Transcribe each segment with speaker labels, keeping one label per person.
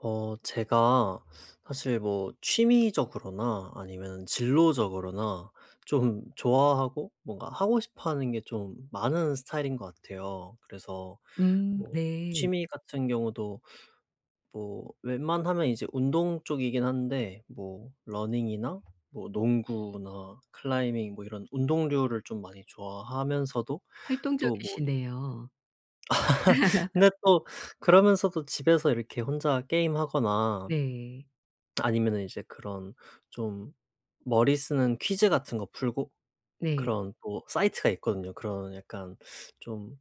Speaker 1: 제가 사실 뭐 취미적으로나 아니면 진로적으로나 좀 좋아하고 뭔가 하고 싶어 하는 게 좀 많은 스타일인 것 같아요. 그래서 뭐
Speaker 2: 네.
Speaker 1: 취미 같은 경우도 뭐 웬만하면 이제 운동 쪽이긴 한데, 뭐 러닝이나 뭐 농구나 클라이밍 뭐 이런 운동류를 좀 많이 좋아하면서도 또 뭐
Speaker 2: 활동적이시네요.
Speaker 1: 근데 또 그러면서도 집에서 이렇게 혼자 게임하거나,
Speaker 2: 네.
Speaker 1: 아니면은 이제 그런 좀 머리 쓰는 퀴즈 같은 거 풀고.
Speaker 2: 네.
Speaker 1: 그런 또 사이트가 있거든요. 그런 약간 좀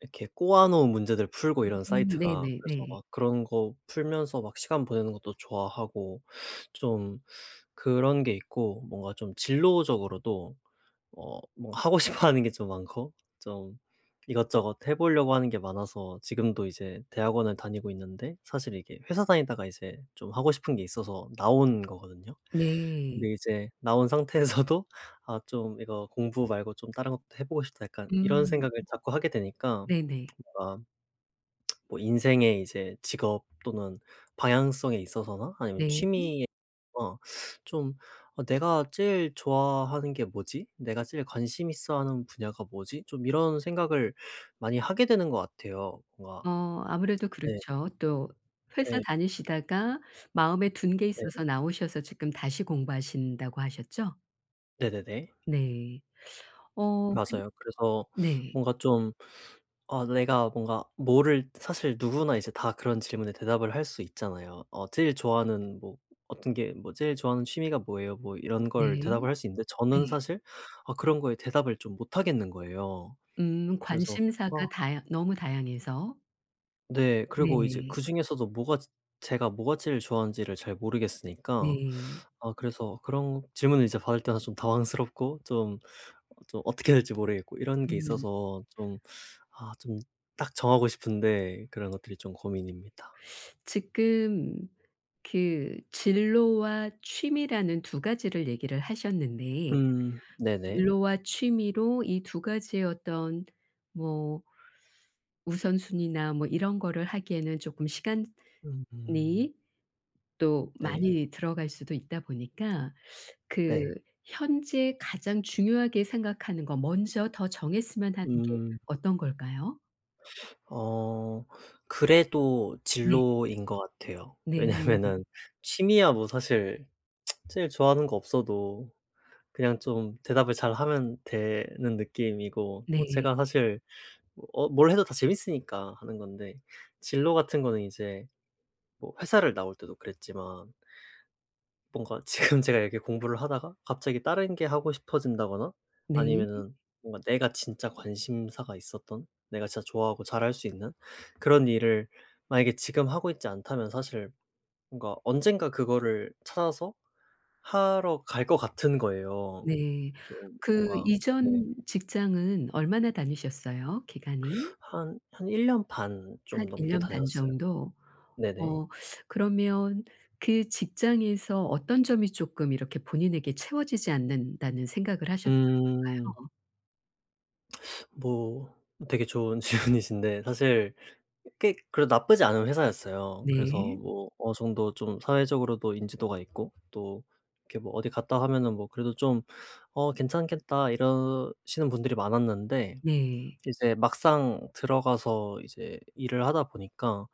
Speaker 1: 이렇게 꼬아 놓은 문제들 풀고 이런 사이트가.
Speaker 2: 네네네.
Speaker 1: 그래서
Speaker 2: 네.
Speaker 1: 막 그런 거 풀면서 막 시간 보내는 것도 좋아하고, 좀 그런 게 있고, 뭔가 좀 진로적으로도 뭔가 하고 싶어 하는 게 좀 많고, 좀 이것저것 해 보려고 하는 게 많아서 지금도 이제 대학원을 다니고 있는데, 사실 이게 회사 다니다가 이제 좀 하고 싶은 게 있어서 나온 거거든요.
Speaker 2: 네.
Speaker 1: 근데 이제 나온 상태에서도 '아 좀 이거 공부 말고 좀 다른 것도 해 보고 싶다.' 약간 이런
Speaker 2: 음
Speaker 1: 생각을 자꾸 하게 되니까
Speaker 2: 네네.
Speaker 1: 뭔가 뭐 인생의 이제 직업 또는 방향성에 있어서나 아니면
Speaker 2: 네.
Speaker 1: 취미, 어 좀 '내가 제일 좋아하는 게 뭐지? 내가 제일 관심 있어 하는 분야가 뭐지?' 좀 이런 생각을 많이 하게 되는 것 같아요. 뭔가.
Speaker 2: 어 아무래도
Speaker 1: 네.
Speaker 2: 그렇죠. 또 회사
Speaker 1: 네.
Speaker 2: 다니시다가 마음에 둔 게
Speaker 1: 네.
Speaker 2: 있어서 나오셔서 지금 다시 공부하신다고 하셨죠?
Speaker 1: 네네네.
Speaker 2: 네. 어 근
Speaker 1: 맞아요. 그래서
Speaker 2: 네.
Speaker 1: 뭔가 좀 내가 뭔가 뭐를, 사실 누구나 이제 다 그런 질문에 대답을 할 수 있잖아요. 제일 좋아하는 뭐 어떤 게 뭐 "제일 좋아하는 취미가 뭐예요?" 뭐 이런 걸
Speaker 2: 네.
Speaker 1: 대답을 할 수 있는데, 저는
Speaker 2: 네.
Speaker 1: 사실 그런 거에 대답을 좀 못 하겠는 거예요. 그래서
Speaker 2: 관심사가
Speaker 1: 아,
Speaker 2: 다양 너무 다양해서
Speaker 1: 네. 그리고 이제
Speaker 2: 네.
Speaker 1: 그중에서도 뭐가 제 제가 뭐가 제일 좋아하는지를 잘 모르겠으니까,
Speaker 2: 네.
Speaker 1: 아 그래서 그런 질문을 이제 받을 때마다 좀 당황스럽고 좀 어떻게 해야 될지 모르겠고 이런 게
Speaker 2: 음.
Speaker 1: 있어서 좀, 아 좀 딱 정하고 싶은데 그런 것들이 좀 고민입니다.
Speaker 2: 지금 그 진로와 취미라는 두 가지를 얘기를 하셨는데
Speaker 1: 음. 네네.
Speaker 2: 진로와 취미로 이 두 가지의 어떤 뭐 우선순위나 뭐 이런 거를 하기에는 조금 시간이
Speaker 1: 음.
Speaker 2: 또
Speaker 1: 네.
Speaker 2: 많이 들어갈 수도 있다 보니까 그
Speaker 1: 네.
Speaker 2: 현재 가장 중요하게 생각하는 거 먼저 더 정했으면 하는 게
Speaker 1: 음.
Speaker 2: 어떤 걸까요?
Speaker 1: 어 그래도
Speaker 2: 네.
Speaker 1: 진로인 것 같아요.
Speaker 2: 네.
Speaker 1: 왜냐면은 취미야 뭐 사실 제일 좋아하는 거 없어도 그냥 좀 대답을 잘하면 되는 느낌이고, 뭐
Speaker 2: 네.
Speaker 1: 제가 사실 뭘 해도 다 재밌으니까 하는 건데, 진로 같은 거는 이제 뭐 회사를 나올 때도 그랬지만 뭔가 지금 제가 이렇게 공부를 하다가 갑자기 다른 게 하고 싶어진다거나,
Speaker 2: 네.
Speaker 1: 아니면은 뭔가 내가 진짜 관심사가 있었던, 내가 진짜 좋아하고 잘할 수 있는 그런 일을 만약에 지금 하고 있지 않다면, 사실 뭔가 언젠가 그거를 찾아서 하러 갈 것 같은 거예요.
Speaker 2: 네.
Speaker 1: 좀
Speaker 2: 그
Speaker 1: 뭔가. 네.
Speaker 2: 이전 직장은 얼마나 다니셨어요? 기간이?
Speaker 1: 한 한 1년 반 좀
Speaker 2: 한 1
Speaker 1: 넘게
Speaker 2: 년 반
Speaker 1: 다녔어요.
Speaker 2: 정도?
Speaker 1: 네네.
Speaker 2: 어 그러면 그 직장에서 어떤 점이 쪼끔 이렇게 본인에게 채워지지 않는다는 생각을 하셨던
Speaker 1: 음. 뭐 되게 좋은 질문이신데, 사실 꽤 그래도 나쁘지 않은 회사였어요. 그래서
Speaker 2: 네.
Speaker 1: 뭐 어느 정도 좀 사회적으로도 인지도가 있고, 또 이렇게 뭐 어디 갔다 하면은 뭐 그래도 좀 '어, 괜찮겠다.' 이러시는 분들이 많았는데,
Speaker 2: 네.
Speaker 1: 이제 막상 들어가서 이제 일을 하다 보니까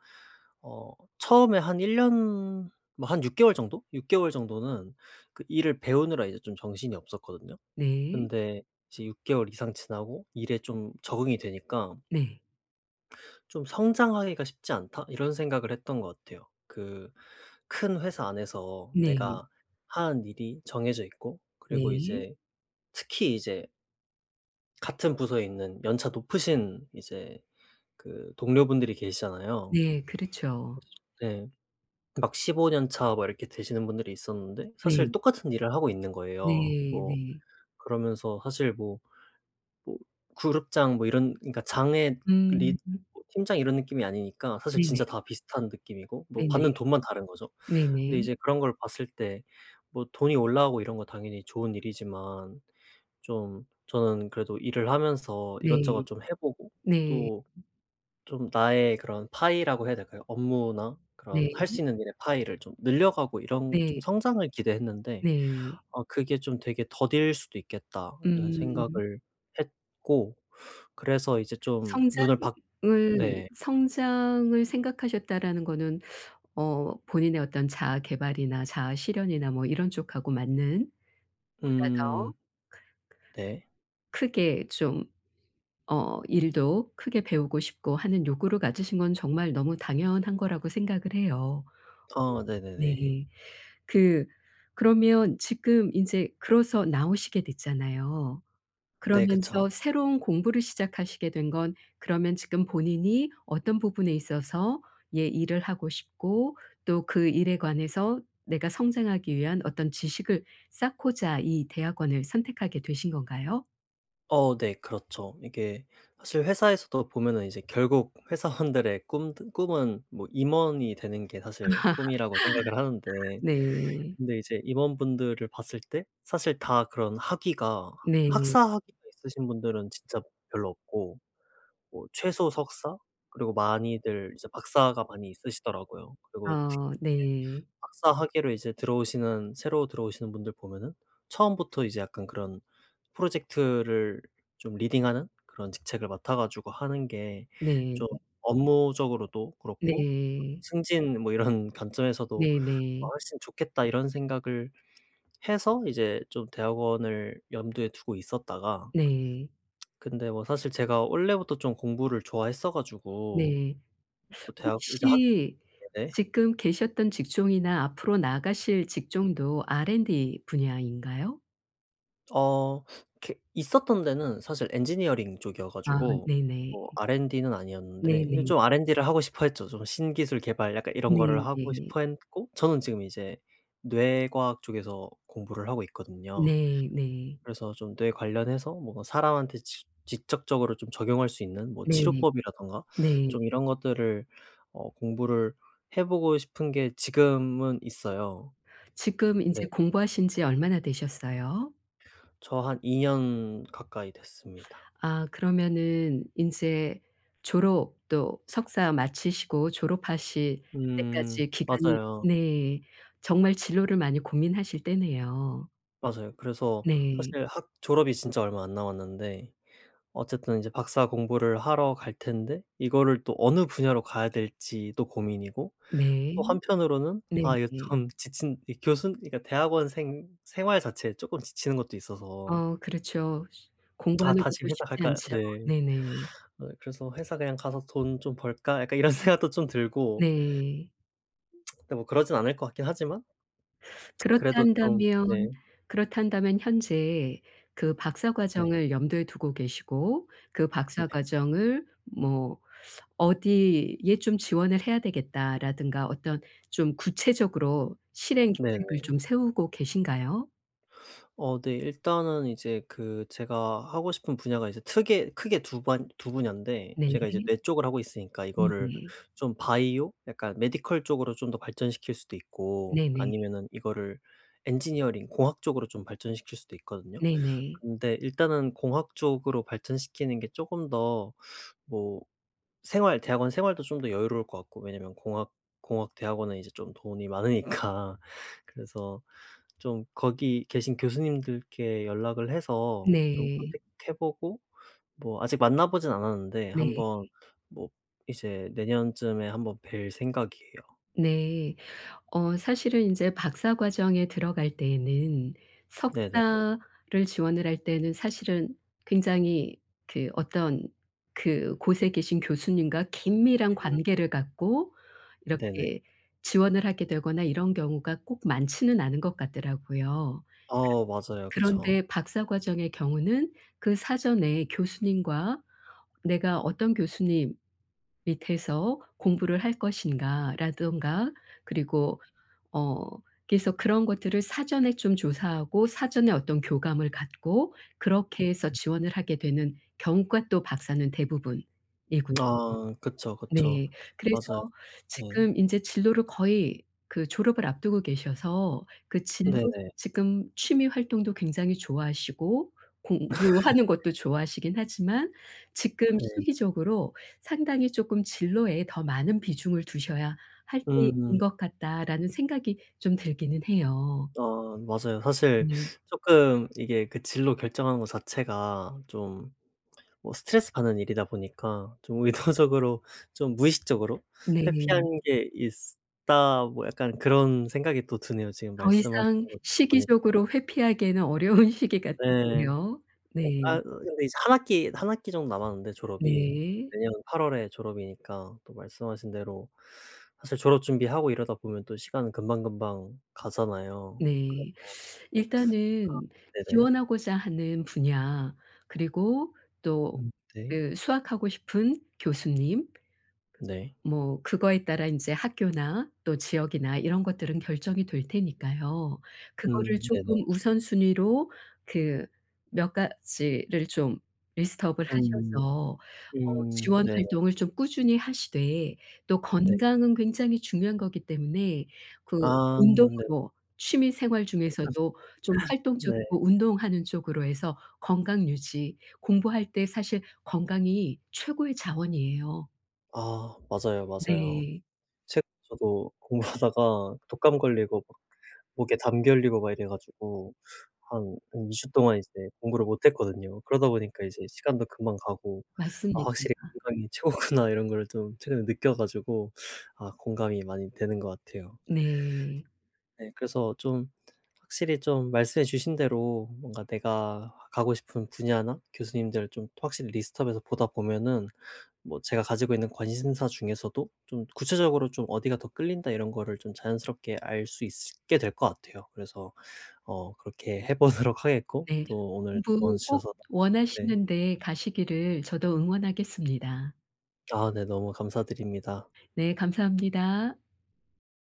Speaker 1: 어 처음에 한 1 년, 뭐 한 6 개월 정도? 6 개월 정도는 그 일을 배우느라 이제 좀 정신이 없었거든요.
Speaker 2: 네.
Speaker 1: 근데 이제 6 개월 이상 지나고 일에 좀 적응이 되니까
Speaker 2: 네.
Speaker 1: '좀 성장하기가 쉽지 않다.' 이런 생각을 했던 것 같아요. 그 큰 회사 안에서
Speaker 2: 네.
Speaker 1: 내가 하는 일이 정해져 있고, 그리고
Speaker 2: 네.
Speaker 1: 이제 특히 이제 같은 부서에 있는 연차 높으신 이제 그 동료분들이 계시잖아요.
Speaker 2: 네.
Speaker 1: 음.
Speaker 2: 그렇죠.
Speaker 1: 네. 막 15년 차 막 이렇게 되시는 분들이 있었는데, 사실
Speaker 2: 네.
Speaker 1: 똑같은 일을 하고 있는 거예요.
Speaker 2: 네
Speaker 1: 뭐
Speaker 2: 네.
Speaker 1: 그러면서 사실 뭐 그룹장 뭐 이런, 그러니까 장의
Speaker 2: 음.
Speaker 1: 리 뭐 팀장 이런 느낌이 아니니까 사실
Speaker 2: 네네.
Speaker 1: 진짜 다 비슷한 느낌이고, 뭐
Speaker 2: 네네.
Speaker 1: 받는 돈만 다른 거죠. 근데
Speaker 2: 네네.
Speaker 1: 이제 그런 걸 봤을 때 뭐 돈이 올라오고 이런 거 당연히 좋은 일이지만, 좀 저는 그래도 일을 하면서
Speaker 2: 네.
Speaker 1: 이것저것 좀 해 보고,
Speaker 2: 네.
Speaker 1: 또 좀 나의 그런 파이라고 해야 될까요? 업무나 그런
Speaker 2: 네.
Speaker 1: 할 수 있는 일의 파이를 좀 늘려가고
Speaker 2: 네.
Speaker 1: 이런
Speaker 2: 네.
Speaker 1: 좀
Speaker 2: 네. 네.
Speaker 1: 성장을 기대했는데,
Speaker 2: 네.
Speaker 1: 아 그게 좀 되게 더딜 수도 있겠다라는
Speaker 2: 음.
Speaker 1: 생각을 했고, 그래서 이제 좀 눈을 밖. 네.
Speaker 2: 성장을 생각하셨다라는 거는 어 본인의 어떤 자아 개발이나 자아 실현이나 뭐 이런 쪽하고 맞는 보다 더
Speaker 1: 음, 네.
Speaker 2: 크게 좀 어 일도 크게 배우고 싶고 하는 욕구를 가지신 건 정말 너무 당연한 거라고 생각을 해요.
Speaker 1: 아, 네네네.
Speaker 2: 네. 그 그러면 지금 인제 그래서 나오시게 됐잖아요.
Speaker 1: 네,
Speaker 2: 그러면서
Speaker 1: 그쵸.
Speaker 2: 새로운 공부를 시작하시게 된 건 그러면 지금 본인이 어떤 부분에 있어서 예 일을 하고 싶고 또 그 일에 관해서 내가 성장하기 위한 어떤 지식을 쌓고자 이 대학원을 선택하게 되신 건가요?
Speaker 1: 네, 그렇죠. 이게 사실 회사에서도 보면은 이제 결국 회사원들의 꿈드 꿈은, 뭐 임원이 되는 게 사실 꿈이라고 생각을 하는데,
Speaker 2: 네.
Speaker 1: 근데 이제 임원분들을 봤을 때 사실 다 그런 학위가,
Speaker 2: 네.
Speaker 1: 학사 학위가 있으신 분들은 진짜 별로 없고, 뭐 최소 석사 그리고 많이들 이제 박사가 많이 있으시더라고요. 그리고 특히
Speaker 2: 어,
Speaker 1: 이제
Speaker 2: 네.
Speaker 1: 박사 학위로 이제 들어오시는, 새로 들어오시는 분들 보면은 처음부터 이제 약간 그런 프로젝트를 좀 리딩하는 그런 직책을 맡아 가지고 하는 게
Speaker 2: 네.
Speaker 1: 좀 업무적으로도 그렇고,
Speaker 2: 네.
Speaker 1: 승진 뭐 이런 관점에서도
Speaker 2: 네네. 네.
Speaker 1: '훨씬 좋겠다.' 이런 생각을 해서 이제 좀 대학원을 염두에 두고 있었다가.
Speaker 2: 네.
Speaker 1: 근데 뭐 사실 제가 원래부터 좀 공부를 좋아했어 가지고
Speaker 2: 네.
Speaker 1: 뭐 대학 이제 학
Speaker 2: 혹시
Speaker 1: 네네.
Speaker 2: 지금 계셨던 직종이나 앞으로 나가실 직종도 R&D 분야인가요?
Speaker 1: 어 이렇게 있었던 데는 사실 엔지니어링 쪽이어
Speaker 2: 아
Speaker 1: 가지고
Speaker 2: 네네.
Speaker 1: 뭐 R&D는 아니었는데,
Speaker 2: 네네.
Speaker 1: 좀 R&D를 하고 싶어 했죠. 좀 신기술 개발 약간 이런 거를 하고
Speaker 2: 네네.
Speaker 1: 싶어 했고, 저는 지금 이제 뇌과학 쪽에서 공부를 하고 있거든요.
Speaker 2: 네 네.
Speaker 1: 그래서 좀 뇌 관련해서 뭔가 사람한테 직 직접적으로 좀 적용할 수 있는 뭐
Speaker 2: 네.
Speaker 1: 치료법이라든가
Speaker 2: 네.
Speaker 1: 좀 이런 것들을 공부를 해 보고 싶은 게 지금은 있어요.
Speaker 2: 지금 인제
Speaker 1: 네.
Speaker 2: 공부하신 지 얼마나 되셨어요?
Speaker 1: 저 한 2년 가까이 됐습니다.
Speaker 2: 아 그러면은 인제 졸업 또 석사 마치시고 졸업하실
Speaker 1: 음.
Speaker 2: 때까지 기간이
Speaker 1: 맞아요,
Speaker 2: 네. 정말 진로를 많이 고민하실 때네요.
Speaker 1: 맞아요. 그래서
Speaker 2: 네.
Speaker 1: 사실 학 졸업이 진짜 얼마 안 남았는데, 어쨌든 이제 박사 공부를 하러 갈 텐데 이거를 또 어느 분야로 가야 될지도 고민이고, 또
Speaker 2: 네.
Speaker 1: 한편으로는
Speaker 2: 네.
Speaker 1: 아 이거 좀 지친 이 교수 그러니까 대학원생 생활 자체에 쪼끔 지치는 것도 있어서
Speaker 2: 어 그렇죠.
Speaker 1: '아
Speaker 2: 공부하는
Speaker 1: 다시
Speaker 2: 것도
Speaker 1: 회사
Speaker 2: 쉽지
Speaker 1: 갈까?'
Speaker 2: 않죠.
Speaker 1: 네.
Speaker 2: 네네.
Speaker 1: 그래서 '회사 그냥 가서 돈 좀 벌까?' 약간 이런 생각도 좀 들고.
Speaker 2: 네.
Speaker 1: 근데 뭐 그러진 않을 것 같긴 하지만
Speaker 2: 그렇다
Speaker 1: 그래도 좀. 네.
Speaker 2: 면 그렇다 다면 현재 그 박사
Speaker 1: 네.
Speaker 2: 과정을 염두에 두고 계시고 그 '박사
Speaker 1: 네.
Speaker 2: 과정을 뭐 어디에 좀 지원을 해야 되겠다.'라든가 어떤 좀 구체적으로 실행
Speaker 1: 네.
Speaker 2: 계획을 좀 세우고 계신가요?
Speaker 1: 네. 일단은 이제 그 제가 하고 싶은 분야가 이제 크게 크게 두 분야인데,
Speaker 2: 네.
Speaker 1: 제가 이제 뇌 쪽을 하고 있으니까 이거를
Speaker 2: 네네.
Speaker 1: 좀 바이오 약간 메디컬 쪽으로 좀 더 발전시킬 수도 있고,
Speaker 2: 네네.
Speaker 1: 아니면은 이거를 엔지니어링 공학 쪽으로 좀 발전시킬 수도 있거든요.
Speaker 2: 네네.
Speaker 1: 근데 일단은 공학 쪽으로 발전시키는 게조금더 뭐 생활, 대학원 생활도 좀 더 여유로울 것 같고, 왜냐면 공학 대학원은 이제 좀 돈이 많으니까. 그래서 좀 거기 계신 교수님들께 연락을 해서 좀
Speaker 2: 네.
Speaker 1: 컨택해 보고, 뭐 아직 만나 보진 않았는데
Speaker 2: 네.
Speaker 1: 한번, 뭐 이제 내년쯤에 한번 뵐 생각이에요.
Speaker 2: 네. 어 사실은 이제 박사 과정에 들어갈 때에는
Speaker 1: 네네.
Speaker 2: 석사를 지원을 할 때는 사실은 굉장히 그 어떤 그 곳에 계신 교수님과 긴밀한
Speaker 1: 음.
Speaker 2: 관계를 갖고
Speaker 1: 네네.
Speaker 2: 이렇게 지원을 하게 되거나 이런 경우가 꼭 많지는 않은 것 같더라고요.
Speaker 1: 맞아요, 그쵸.
Speaker 2: 그런데 박사 과정의 경우는 그 사전에 교수님과 내가 어떤 교수님 밑에서 공부를 할 것인가 라든가 그리고 어 그래서 그런 것들을 사전에 좀 조사하고 사전에 어떤 교감을 갖고 그렇게 해서 지원을 하게 되는 경우가 또 박사는 대부분이군요.
Speaker 1: 아, 그쵸, 그쵸.
Speaker 2: 네. 그래서
Speaker 1: 맞아요. 네.
Speaker 2: 지금 인제 진로를 거의 그 졸업을 앞두고 계셔서 그 진로
Speaker 1: 네네.
Speaker 2: 지금 취미 활동도 굉장히 좋아하시고 공부하는 것도 좋아하시긴 하지만 지금
Speaker 1: 네.
Speaker 2: 시기적으로 상당히 쪼끔 '진로에 더 많은 비중을 두셔야 할 때인
Speaker 1: 음.
Speaker 2: 것 같다.'라는 생각이 좀 들기는 해요.
Speaker 1: 맞아요. 사실
Speaker 2: 음
Speaker 1: 쪼끔 이게 그 진로 결정하는 거 자체가 좀 뭐 스트레스 받는 일이다 보니까 좀 의도적으로, 좀 무의식적으로 회피한
Speaker 2: 네.
Speaker 1: 게 있다, 뭐 약간 그런 생각이 또 드네요, 지금
Speaker 2: 더
Speaker 1: 말씀하신
Speaker 2: 이상
Speaker 1: 거 들어보니까.
Speaker 2: 시기적으로 회피하기에는 어려운 시기
Speaker 1: 예.
Speaker 2: 같은데요. 네.
Speaker 1: 근데 이제 한 학기 정도 남았는데, 졸업이
Speaker 2: 네.
Speaker 1: 내년 8 월에 졸업이니까 또 말씀하신 대로 사실 졸업 준비하고 이러다 보면 또 시간은 금방금방 가잖아요.
Speaker 2: 네. 일단은
Speaker 1: 네네.
Speaker 2: 지원하고자 하는 분야 그리고 또
Speaker 1: 음, 네.
Speaker 2: 그 수학하고 싶은 교수님
Speaker 1: 네.
Speaker 2: 뭐 그거에 따라 인제 학교나 또 지역이나 이런 것들은 결정이 될 테니까요. 그거를
Speaker 1: 음, 네네.
Speaker 2: 쪼끔 우선순위로 그 몇 가지를 좀 리스트업을
Speaker 1: 음.
Speaker 2: 하셔서 어
Speaker 1: 음,
Speaker 2: 지원
Speaker 1: 네네.
Speaker 2: 활동을 좀 꾸준히 하시되 또
Speaker 1: 네.
Speaker 2: 건강은 굉장히 중요한 거기 때문에 그
Speaker 1: 아, 네.
Speaker 2: 운동으로 취미 생활
Speaker 1: 사실.
Speaker 2: 중에서도 좀
Speaker 1: 네.
Speaker 2: 활동적이고 운동하는 쪽으로 해서 건강 유지, 공부할 때 사실 건강이 최고의 자원이에요.
Speaker 1: 아 맞아요, 맞아요.
Speaker 2: 네.
Speaker 1: 책. 저도 공부하다가 독감 걸리고 막 목에 담기 걸리고 막 이래 가지고 한 한 2주 동안 이제 공부를 못 했거든요. 그러다 보니까 이제 시간도 금방 가고 '아
Speaker 2: 맞습니다.
Speaker 1: 확실히 건강이 최고구나.' 이런 거를 좀 최근에 느껴 가지고 아, 공감이 많이 되는 것 같아요.
Speaker 2: 네.
Speaker 1: 네. 그래서 좀 확실히 좀 말씀해 주신 대로 뭔가 내가 가고 싶은 분야나 교수님들을 좀 확실히 리스트업해서 보다 보면은, 뭐 제가 가지고 있는 관심사 중에서도 좀 구체적으로 좀 어디가 더 끌린다 이런 거를 좀 자연스럽게 알 수 있게 될 것 같아요. 그래서 그렇게 해 보도록 하겠고,
Speaker 2: 네.
Speaker 1: 또 오늘 조언
Speaker 2: 공부 꼭
Speaker 1: 주셔서 네,
Speaker 2: 원하시는 데 가시기를 저도 응원하겠습니다.
Speaker 1: 아 네, 너무 감사드립니다.
Speaker 2: 네 감사합니다.